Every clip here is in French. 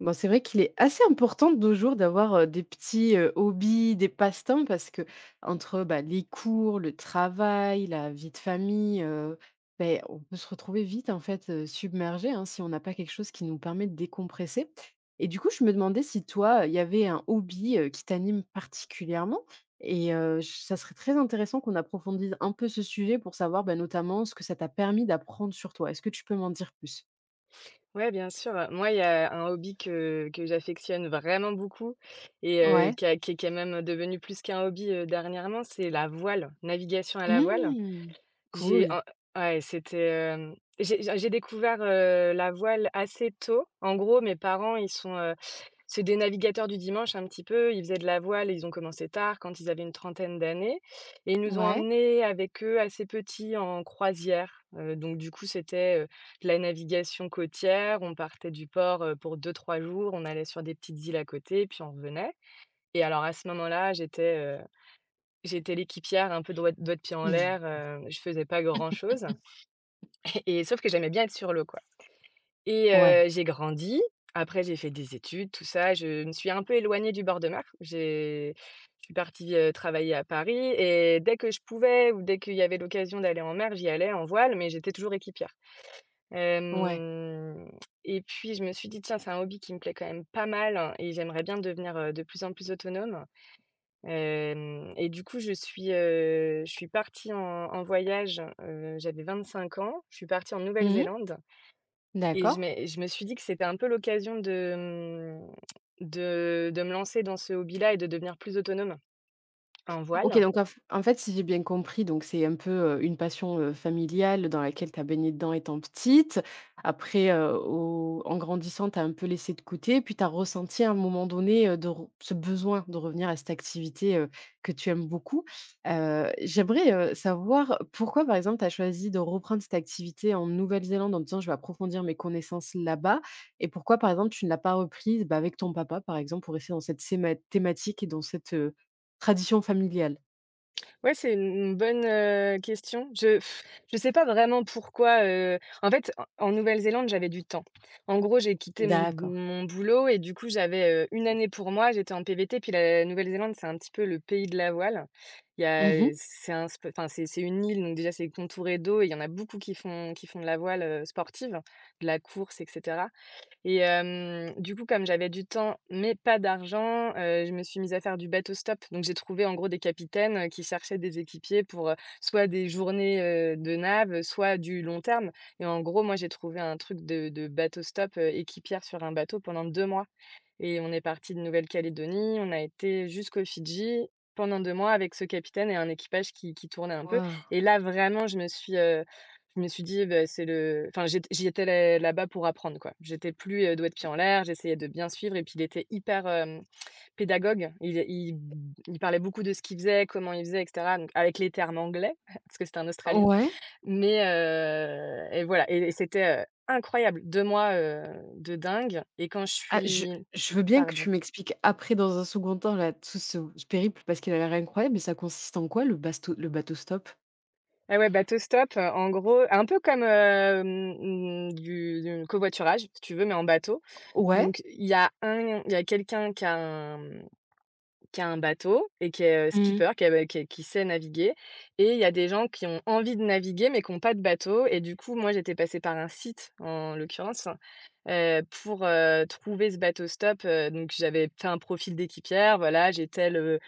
Bon, c'est vrai qu'il est assez important de nos jours d'avoir, des petits, hobbies, des passe-temps parce qu'entre, bah, les cours, le travail, la vie de famille, on peut se retrouver vite, en fait, submergés, hein, si on n'a pas quelque chose qui nous permet de décompresser. Et du coup, je me demandais si toi, il y avait un hobby, qui t'anime particulièrement et j ça serait très intéressant qu'on approfondisse un peu ce sujet pour savoir, bah, notamment ce que ça t'a permis d'apprendre sur toi. Est-ce que tu peux m'en dire plus? Ouais, bien sûr. Moi, il y a un hobby que j'affectionne vraiment beaucoup et Ouais. qui est quand même devenu plus qu'un hobby, dernièrement. C'est la voile, navigation à la voile. Mmh. J'ai Cool. en Ouais, c'était, j'ai découvert, la voile assez tôt. En gros, mes parents, c'est des navigateurs du dimanche un petit peu. Ils faisaient de la voile, ils ont commencé tard, quand ils avaient une trentaine d'années, et ils nous ont Ouais. emmenés avec eux, assez petits, en croisière. Donc du coup, c'était, de la navigation côtière. On partait du port, pour deux trois jours. On allait sur des petites îles à côté, puis on revenait. Et alors à ce moment-là, j'étais l'équipière un peu doigt de pied en Mhm. l'air. Je faisais pas grand-chose et sauf que j'aimais bien être sur l'eau, quoi. Et Ouais, j'ai grandi. Après, j'ai fait des études, tout ça. Je me suis un peu éloignée du bord de mer. J'ai Je suis partie, travailler à Paris, et dès que je pouvais ou dès qu'il y avait l'occasion d'aller en mer, j'y allais en voile, mais j'étais toujours équipière. ouais. Hem Et puis, je me suis dit: «Tiens, c'est un hobby qui me plaît quand même pas mal hein, et j'aimerais bien devenir, de plus en plus autonome». Hem Et du coup, je suis partie en voyage. J'avais 25 ans. Je suis partie en Mmh. Nouvelle-Zélande, et je D'accord. m'ai je me suis dit que c'était un peu l'occasion de, mmh, de me lancer dans ce hobby-là et de devenir plus autonome en OK, voile. donc en fait, si j'ai bien compris, donc c'est un peu, une passion, familiale dans laquelle tu as baigné dedans étant petite. Après, au en grandissant, tu as un peu laissé de côté, puis tu as ressenti à un moment donné, de re ce besoin de revenir à cette activité, que tu aimes beaucoup. J'aimerais, savoir pourquoi, par exemple, tu as choisi de reprendre cette activité en Nouvelle-Zélande en te disant: «Je vais approfondir mes connaissances là-bas», et pourquoi, par exemple, tu ne l'as pas reprise, bah, avec ton papa, par exemple, pour rester dans cette séma thématique et dans cette, tradition familiale? Ouais, c'est une bonne, question. Je sais pas vraiment pourquoi. En fait, en Nouvelle-Zélande, j'avais du temps. En gros, j'ai quitté mon D'accord. mon boulot et du coup, j'avais, 1 année pour moi, j'étais en PVT, puis la Nouvelle-Zélande, c'est un petit peu le pays de la voile. Il y a, Mmh mh. c'est un sp enfin, c'est une île, donc déjà, c'est contouré d'eau, et il y en a beaucoup qui font de la voile, sportive, de la course, etc. Et du coup, comme j'avais du temps, mais pas d'argent, je me suis mise à faire du bateau stop. Donc j'ai trouvé en gros des capitaines, qui cherchaient des équipiers pour, soit des journées, de nav, soit du long terme. Et en gros, moi, j'ai trouvé un truc de bateau stop, équipière sur un bateau pendant 2 mois. Et on est parti de Nouvelle-Calédonie, on a été jusqu'aux Fidji pendant 2 mois avec ce capitaine et un équipage qui tournait un peu. Waouh! Et là, vraiment, je me suis dit: «Beh, c'est le…» Enfin, j'y étais là là-bas pour apprendre, quoi. J'étais plus, doigt de pied en l'air. J'essayais de bien suivre, et puis il était hyper, pédagogue. Il parlait beaucoup de ce qu'il faisait, comment il faisait, et cetera, donc avec les termes anglais, parce que c'était un Australien, Ouais. mais et voilà, et c'était, incroyable. 2 mois, de dingue, et quand je Ah, suis je veux bien que pardon. tu m'expliques après dans un second temps là, tout ce périple parce qu'il a l'air incroyable, mais ça consiste en quoi le basto le bateau stop? Ah ouais, bateau stop, en gros, un peu comme, mmh, du covoiturage, si tu veux, mais en bateau. Ouais? Donc il y a quelqu'un qui a un bateau et qui est, Mmh. skipper, qui est qui sait naviguer, et il y a des gens qui ont envie de naviguer, mais qui ont pas de bateau. Et du coup, moi, j'étais passée par un site, en l'occurrence, pour, trouver ce bateau stop. Donc j'avais fait un profil d'équipière, voilà,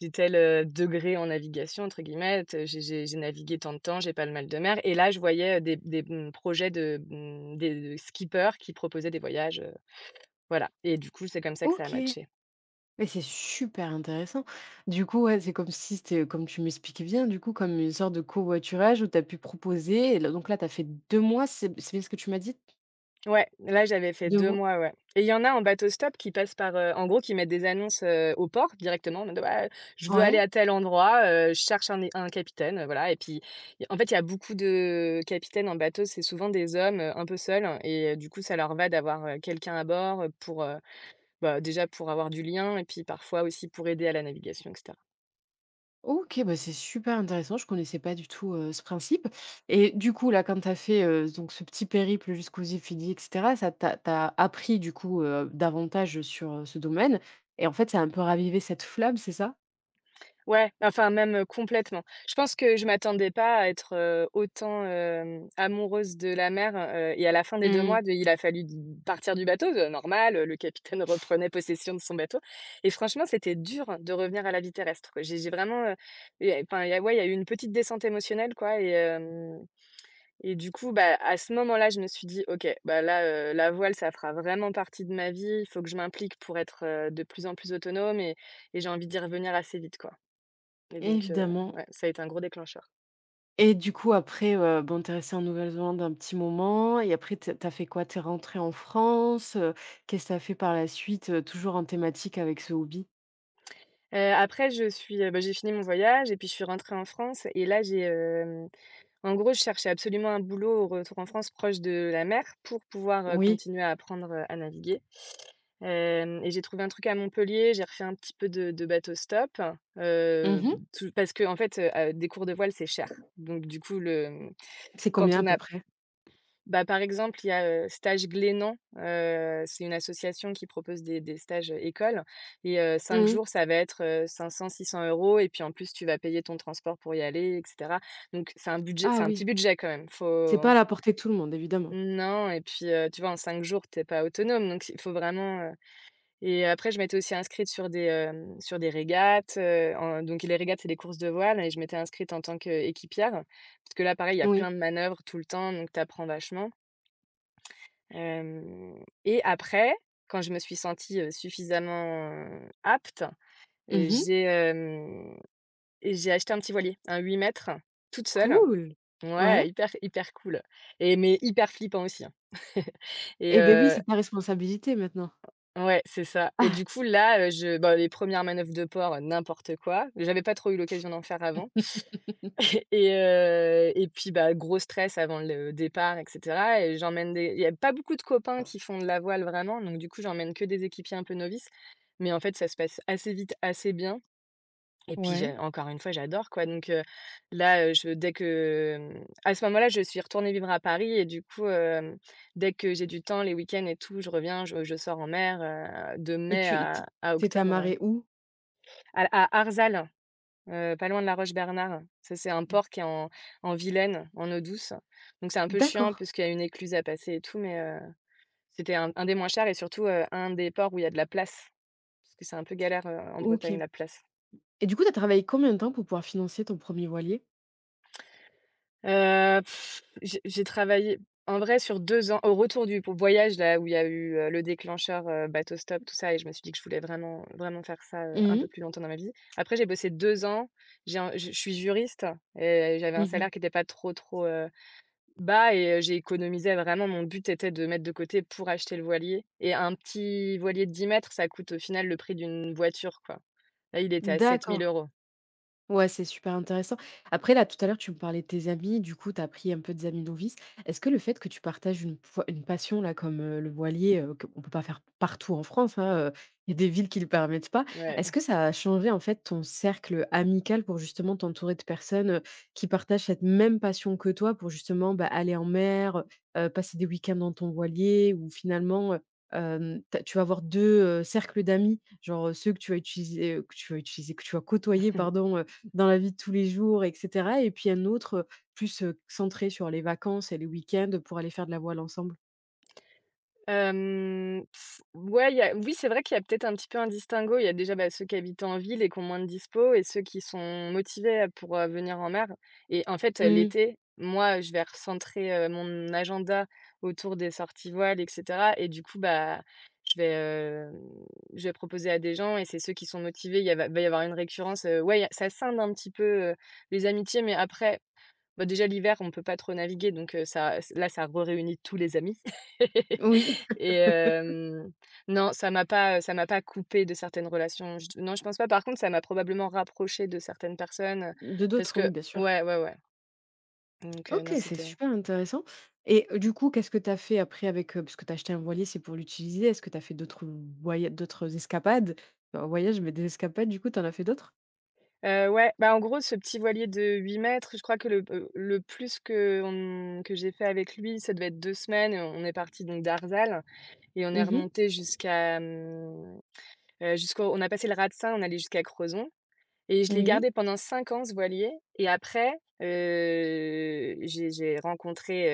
j'ai tel, «degré en navigation» entre guillemets, t j'ai navigué tant de temps, j'ai pas le mal de mer, et là, je voyais, des projets de skippers qui proposaient des voyages, voilà. Et du coup, c'est comme ça que ça a OK. matché. Mais c'est super intéressant. Du coup, ouais, c'est comme si c'était comme tu m'expliquais bien, du coup, comme une sorte de covoiturage où tu as pu proposer et là donc là, tu as fait 2 mois, c'est b c'est bien ce que tu m'as dit? Ouais, là, j'avais fait Deux 2 mois? mois, ouais, et il y en a en bateau stop qui passent par, en gros, qui mettent des annonces, au port directement en mode: «Ouais, je veux aller Ouais. à tel endroit, je cherche un capitaine», voilà. Et puis, y en fait, il y a beaucoup de capitaines en bateau, c'est souvent des hommes, un peu seuls hein, et du coup, ça leur va d'avoir, quelqu'un à bord, pour, bah, déjà pour avoir du lien, et puis parfois aussi pour aider à la navigation, et cetera. OK, bah, c'est super intéressant, je connaissais pas du tout, ce principe et du coup, là, quand tu as fait, donc ce petit périple jusqu'aux Yéfédies et cetera, ça t'a tu appris du coup, davantage, sur, ce domaine et en fait, ça a un peu ravivé cette flamme, c'est ça? Ouais, enfin même, complètement. Je pense que je m'attendais pas à être, autant, amoureuse de la mer. Et à la fin des deux Mmh. mois de il a fallu d partir du bateau, normal, le capitaine reprenait possession de son bateau, et franchement, c'était dur de revenir à la vie terrestre, quoi. J'ai vraiment, il enfin, il y a ouais, il y a eu une petite descente émotionnelle, quoi, et du coup, bah, à ce moment-là, je me suis dit: «OK, bah, là, la voile, ça fera vraiment partie de ma vie. Il faut que je m'implique pour être, de plus en plus autonome», et j'ai envie d'y revenir assez vite, quoi. Et donc Évidemment. ouais, ça a été un gros déclencheur. Et du coup, après, bon, tu es restée en Nouvelle-Zélande un petit moment et après t'as es fait quoi? T'es rentré en France, qu'est-ce que t'as fait par la suite, toujours en thématique avec ce hobby? Après bah, j'ai fini mon voyage, et puis je suis rentrée en France, et là en gros je cherchais absolument un boulot au retour en France proche de la mer pour pouvoir, Oui. continuer à apprendre, à naviguer. Hem Et j'ai trouvé un truc à Montpellier. J'ai refait un petit peu de bateau stop, heu, Mmh. tout parce qu'en fait, des cours de voile, c'est cher. Donc du coup le, mmh, C'est bon, quand combien à on peu a près? bah, par exemple, il y a, Stage Glénan, c'est une association qui propose des stages, écoles, et 5 Mmh. jours, ça va être, 500-600 €, et puis en plus, tu vas payer ton transport pour y aller, et cetera. Donc c'est Ah un petit oui. budget quand même. C'est pas Faut à la portée de tout le monde, évidemment. Non, et puis, tu vois, en 5 jours, t'es pas autonome, donc il faut vraiment, et après, je m'étais aussi inscrite sur des régates, en donc les régates, c'est des courses de voile, et je m'étais inscrite en tant qu'équipière. Parce que là, pareil, il y a Oui. plein de manœuvres tout le temps, donc t'apprends vachement. Hem Et après, quand je me suis sentie, suffisamment, apte, heu, Mmh mh. j'ai, hem, j'ai acheté un petit voilier, un 8 mètres, toute seule. Cool. Ouais, Ouais. hyper hyper cool, et mais hyper flippant aussi, hein. Et Eh beh, oui, c'est ta responsabilité maintenant. ouais, c'est ça. Et du coup là, je bah, les premières res manœuvres de port, n'importe quoi. J'avais pas trop eu l'occasion d'en faire avant. Et puis, bah, gros stress avant le départ, et cetera, et j'emmène des il y a pas beaucoup de copains qui font de la voile vraiment, donc du coup, j'emmène que des équipiers un peu novices. Mais en fait, ça se passe assez vite, assez bien, et puis j'ai Ouais encore une fois, j'adore quoi. Donc là, je dès que, mmh, à ce moment-là, je suis retournée vivre à Paris, et du coup, dès que j'ai du temps, les week-ends et tout, je reviens, je sors en mer, de et mai tu à tu étais octobre, amarrée où? à à Arzal. Pas loin de La Roche-Bernard. Ça, c'est un port qui est en Vilaine, en eau douce. Donc c'est un peu chiant D'accord, parce qu'il y a une écluse à passer et tout, mais, c'était un des moins chers, et surtout, un des ports où il y a de la place. Parce que c'est un peu galère, en Bretagne, OK la place. et du coup, tu as travaillé combien de temps pour pouvoir financer ton premier voilier? Heu, j'ai travaillé en vrai sur 2 ans, au retour du po voyage là où il y a eu, le déclencheur, bateau stop, tout ça, et je me suis dit que je voulais vraiment, vraiment faire ça, un Mmh mh. peu plus longtemps dans ma vie. Après j'ai bossé 2 ans, j'ai un je suis juriste, et j'avais un Mmh mh. salaire qui n'était pas trop, trop. Bah, et j'ai économisé, vraiment mon but était de mettre de côté pour acheter le voilier, et un petit voilier de 10 mètres, ça coûte au final le prix d'une voiture, quoi. Là, il était à sept mille D'accord. euros. Ouais, c'est super intéressant. Après là, tout à l'heure, tu me parlais de tes amis, du coup, tu as pris un peu des amis novices. Est-ce que le fait que tu partages une passion là comme, le voilier, qu'on peut pas faire partout en France, hein, il y a des villes qui le permettent pas. Est-ce Ouais. que ça a changé en fait ton cercle amical pour justement t'entourer de personnes, qui partagent cette même passion que toi pour justement, bah, aller en mer, passer des week-ends dans ton voilier ou finalement, tu vas avoir 2 cercles d'amis, genre, ceux que tu vas utiliser, que tu vas côtoyer pardon, dans la vie de tous les jours et cetera et puis un autre, plus, centré sur les vacances et les week-ends pour aller faire de la voile ensemble. Ouais, il y a oui, c'est vrai qu'il y a peut-être un petit peu un distinguo. Il y a déjà, bah, ceux qui habitent en ville et qui ont moins de dispo, et ceux qui sont motivés, pour, venir en mer. Et en fait, Mmh, l'été, moi, je vais recentrer, mon agenda autour des sorties voiles et cetera. Et du coup, bah, je vais, hem, je vais proposer à des gens, et c'est ceux qui sont motivés. Il y a va y avoir une récurrence, ouais, y a, ça scinde un petit peu, les amitiés. Mais après, bah, déjà l'hiver, on peut pas trop naviguer, donc ça ç là, ça re-réunit tous les amis. oui. Et non, ça m'a pas coupée de certaines relations. Je non, je pense pas. Par contre, ça m'a probablement rapprochée de certaines personnes, De parce d'autres, que oui, bien sûr. ouais, ouais, ouais, donc non, OK, c'est c'était… super intéressant et du coup, qu'est-ce que tu as fait après avec, heu, parce que tu as acheté un voilier, c'est pour l'utiliser. Est-ce que tu as fait d'autres escapades? Enfin, voyages, mais des escapades, du coup, tu en as fait d'autres? Ouais, bah, en gros, ce petit voilier de 8 mètres, je crois que le plus qu'on que j'ai fait avec lui, ça devait être 2 semaines. On est partis donc d'Arzal et on est Mmh. remontés jusqu'à, jusqu'au on a passé le Ratsin, on est allés jusqu'à Crozon. Et je l'ai Oui. gardé pendant 5 ans, ce voilier. Et après, j'ai rencontré,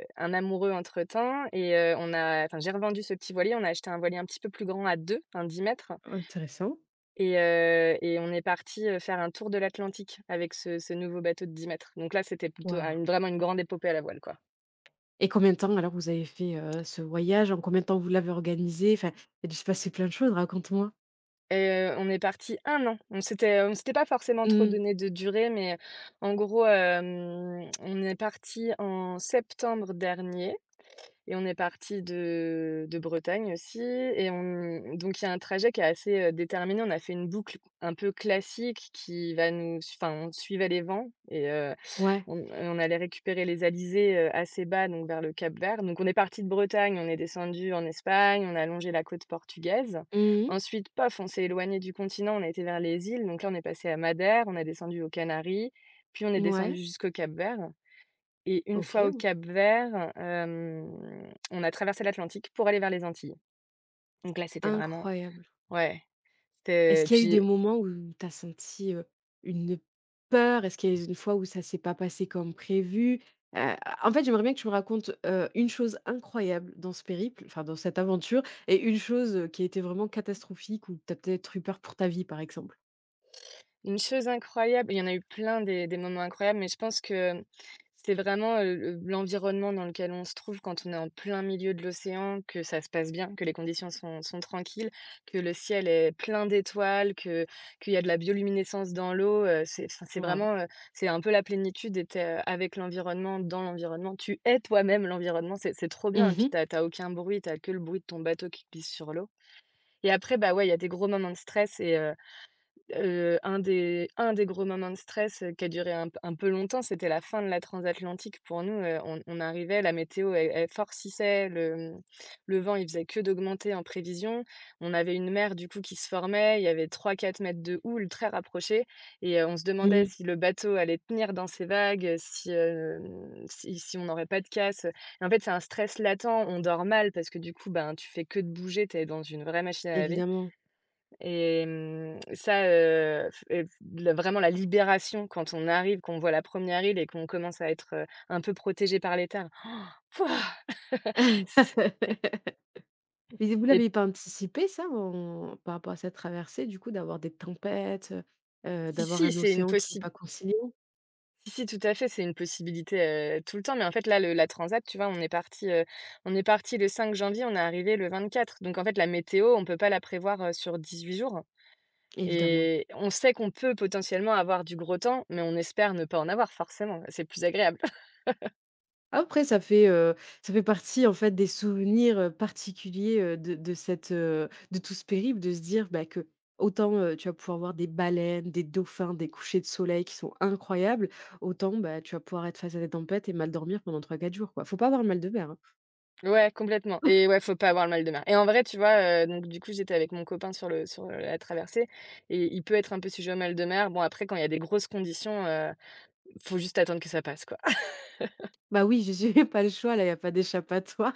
un amoureux entre-temps. Et on a enfin, j'ai revendu ce petit voilier, on a acheté un voilier un petit peu plus grand à 2, un 10 mètres. Intéressant. Et on est parti faire un tour de l'Atlantique avec ce nouveau bateau de 10 mètres. Donc là, c'était plutôt un Waouh. une vraiment une grande épopée à la voile, quoi. Et combien de temps alors vous avez fait, ce voyage? En combien de temps vous l'avez organisé? Enfin, il a dû se passer plein de choses, raconte-moi. Et on est parti un an. On s'était pas forcément trop Mmh, donné de durée, mais en gros, on est parti en septembre dernier. Et on est parti de Bretagne aussi. Et on donc il y a un trajet qui est assez, déterminé. On a fait une boucle un peu classique qui va nous enfin, on suivait les vents. Et ouais. On allait récupérer les alizés, assez bas, donc vers le Cap-Vert. Donc on est parti de Bretagne, on est descendu en Espagne, on a longé la côte portugaise. Mmh mh. Ensuite, pof, on s'est éloigné du continent, on a été vers les îles. Donc là, on est passé à Madère, on a descendu aux Canaries, puis on est descendu Mouais, jusqu'au Cap-Vert. Et une fois OK, au bon, Cap-Vert, on a traversé l'Atlantique pour aller vers les Antilles. Donc là, c'était vraiment… incroyable. ouais, Est-ce c'était… qu'il y a eu des puis… moments où tu as senti, une peur? Est-ce qu'il y a eu une fois où ça s'est pas passé comme prévu? Heu, En fait, j'aimerais bien que tu me racontes, une chose incroyable dans ce périple, enfin dans cette aventure, et une chose, qui a été vraiment catastrophique où tu as peut-être eu peur pour ta vie, par exemple? Une chose incroyable, il y en a eu plein, des moments incroyables, mais je pense que c'est vraiment, le l'environnement dans lequel on se trouve quand on est en plein milieu de l'océan, que ça se passe bien, que les conditions sont tranquilles, que le ciel est plein d'étoiles, que qu'il y a de la bioluminescence dans l'eau, c'est… enfin, c'est Waouh. vraiment, c'est un peu la plénitude. Et tu avec l'environnement, dans l'environnement. Tu es toi-même l'environnement, c'est trop bien. Et Mmh puis mh. t'as aucun bruit, t'as que le bruit de ton bateau qui glisse sur l'eau. Et après, bah, ouais, il y a des gros moments de stress. Et un des gros moments de stress, qui a duré un peu longtemps, c'était la fin de la transatlantique pour nous. On arrivait, la météo, elle farcissait, le vent, il faisait que d'augmenter en prévision. On avait une mer, du coup, qui se formait, il y avait trois quatre mètres de houle très rapprochée. Et on se demandait Mmh. si le bateau allait tenir dans ces vagues, si, hem, si si on n'aurait pas de casse. Et en fait, c'est un stress latent, on dort mal parce que du coup, ben, tu fais que de bouger, tu es dans une vraie machine à laver. Évidemment. Et ça, f et f le vraiment la libération quand on arrive, qu'on voit la première re île et qu'on commence à être, un peu protégé par l'État, là, pouah! C'est Mais vous Et l'avez pas anticipé ça en par rapport à cette traversée du coup d'avoir des tempêtes, si, d'avoir si, un c'est une océan qui est possi pas conciliant? si, si, tout à fait, c'est une possibilité, tout le temps. Mais en fait, là, le la transat, tu vois, on est parti le 5 janvier, on est arrivé le 24, donc en fait, la météo, on peut pas la prévoir, sur 18 jours. Évidemment. Et on sait qu'on peut potentiellement avoir du gros temps, mais on espère ne pas en avoir forcément, c'est plus agréable. Après ça fait partie en fait des souvenirs, particuliers, de cette, de tout ce périple de se dire, bah, que autant, tu vas pouvoir voir des baleines, des dauphins, des couchers de soleil qui sont incroyables, autant, bah, tu vas pouvoir être face à des tempêtes et mal dormir pendant trois quatre jours quoi. Faut pas avoir mal de mer, hein. Ouais, complètement. Et ouais, faut pas avoir le mal de mer. Et en vrai, tu vois, donc du coup, j'étais avec mon copain sur la traversée, et il peut être un peu sujet au mal de mer. Bon, après, quand il y a des grosses conditions, faut juste attendre que ça passe, quoi. Bah oui, j'ai pas le choix là, il y a pas d'échappatoire.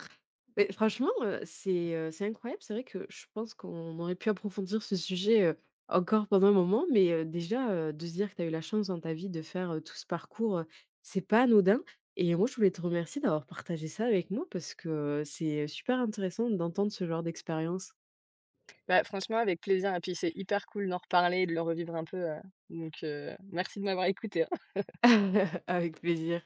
Mais franchement, c'est incroyable. C'est vrai que je pense qu'on aurait pu approfondir ce sujet, encore pendant un moment, mais, déjà, de se dire que tu as eu la chance dans ta vie de faire, tout ce parcours, c'est pas anodin et moi je voulais te remercier d'avoir partagé ça avec moi parce que, c'est super intéressant d'entendre ce genre d'expérience. Bah, franchement, avec plaisir. Et puis c'est hyper cool d'en reparler et de le revivre un peu, donc merci de m'avoir écoutée. Avec plaisir.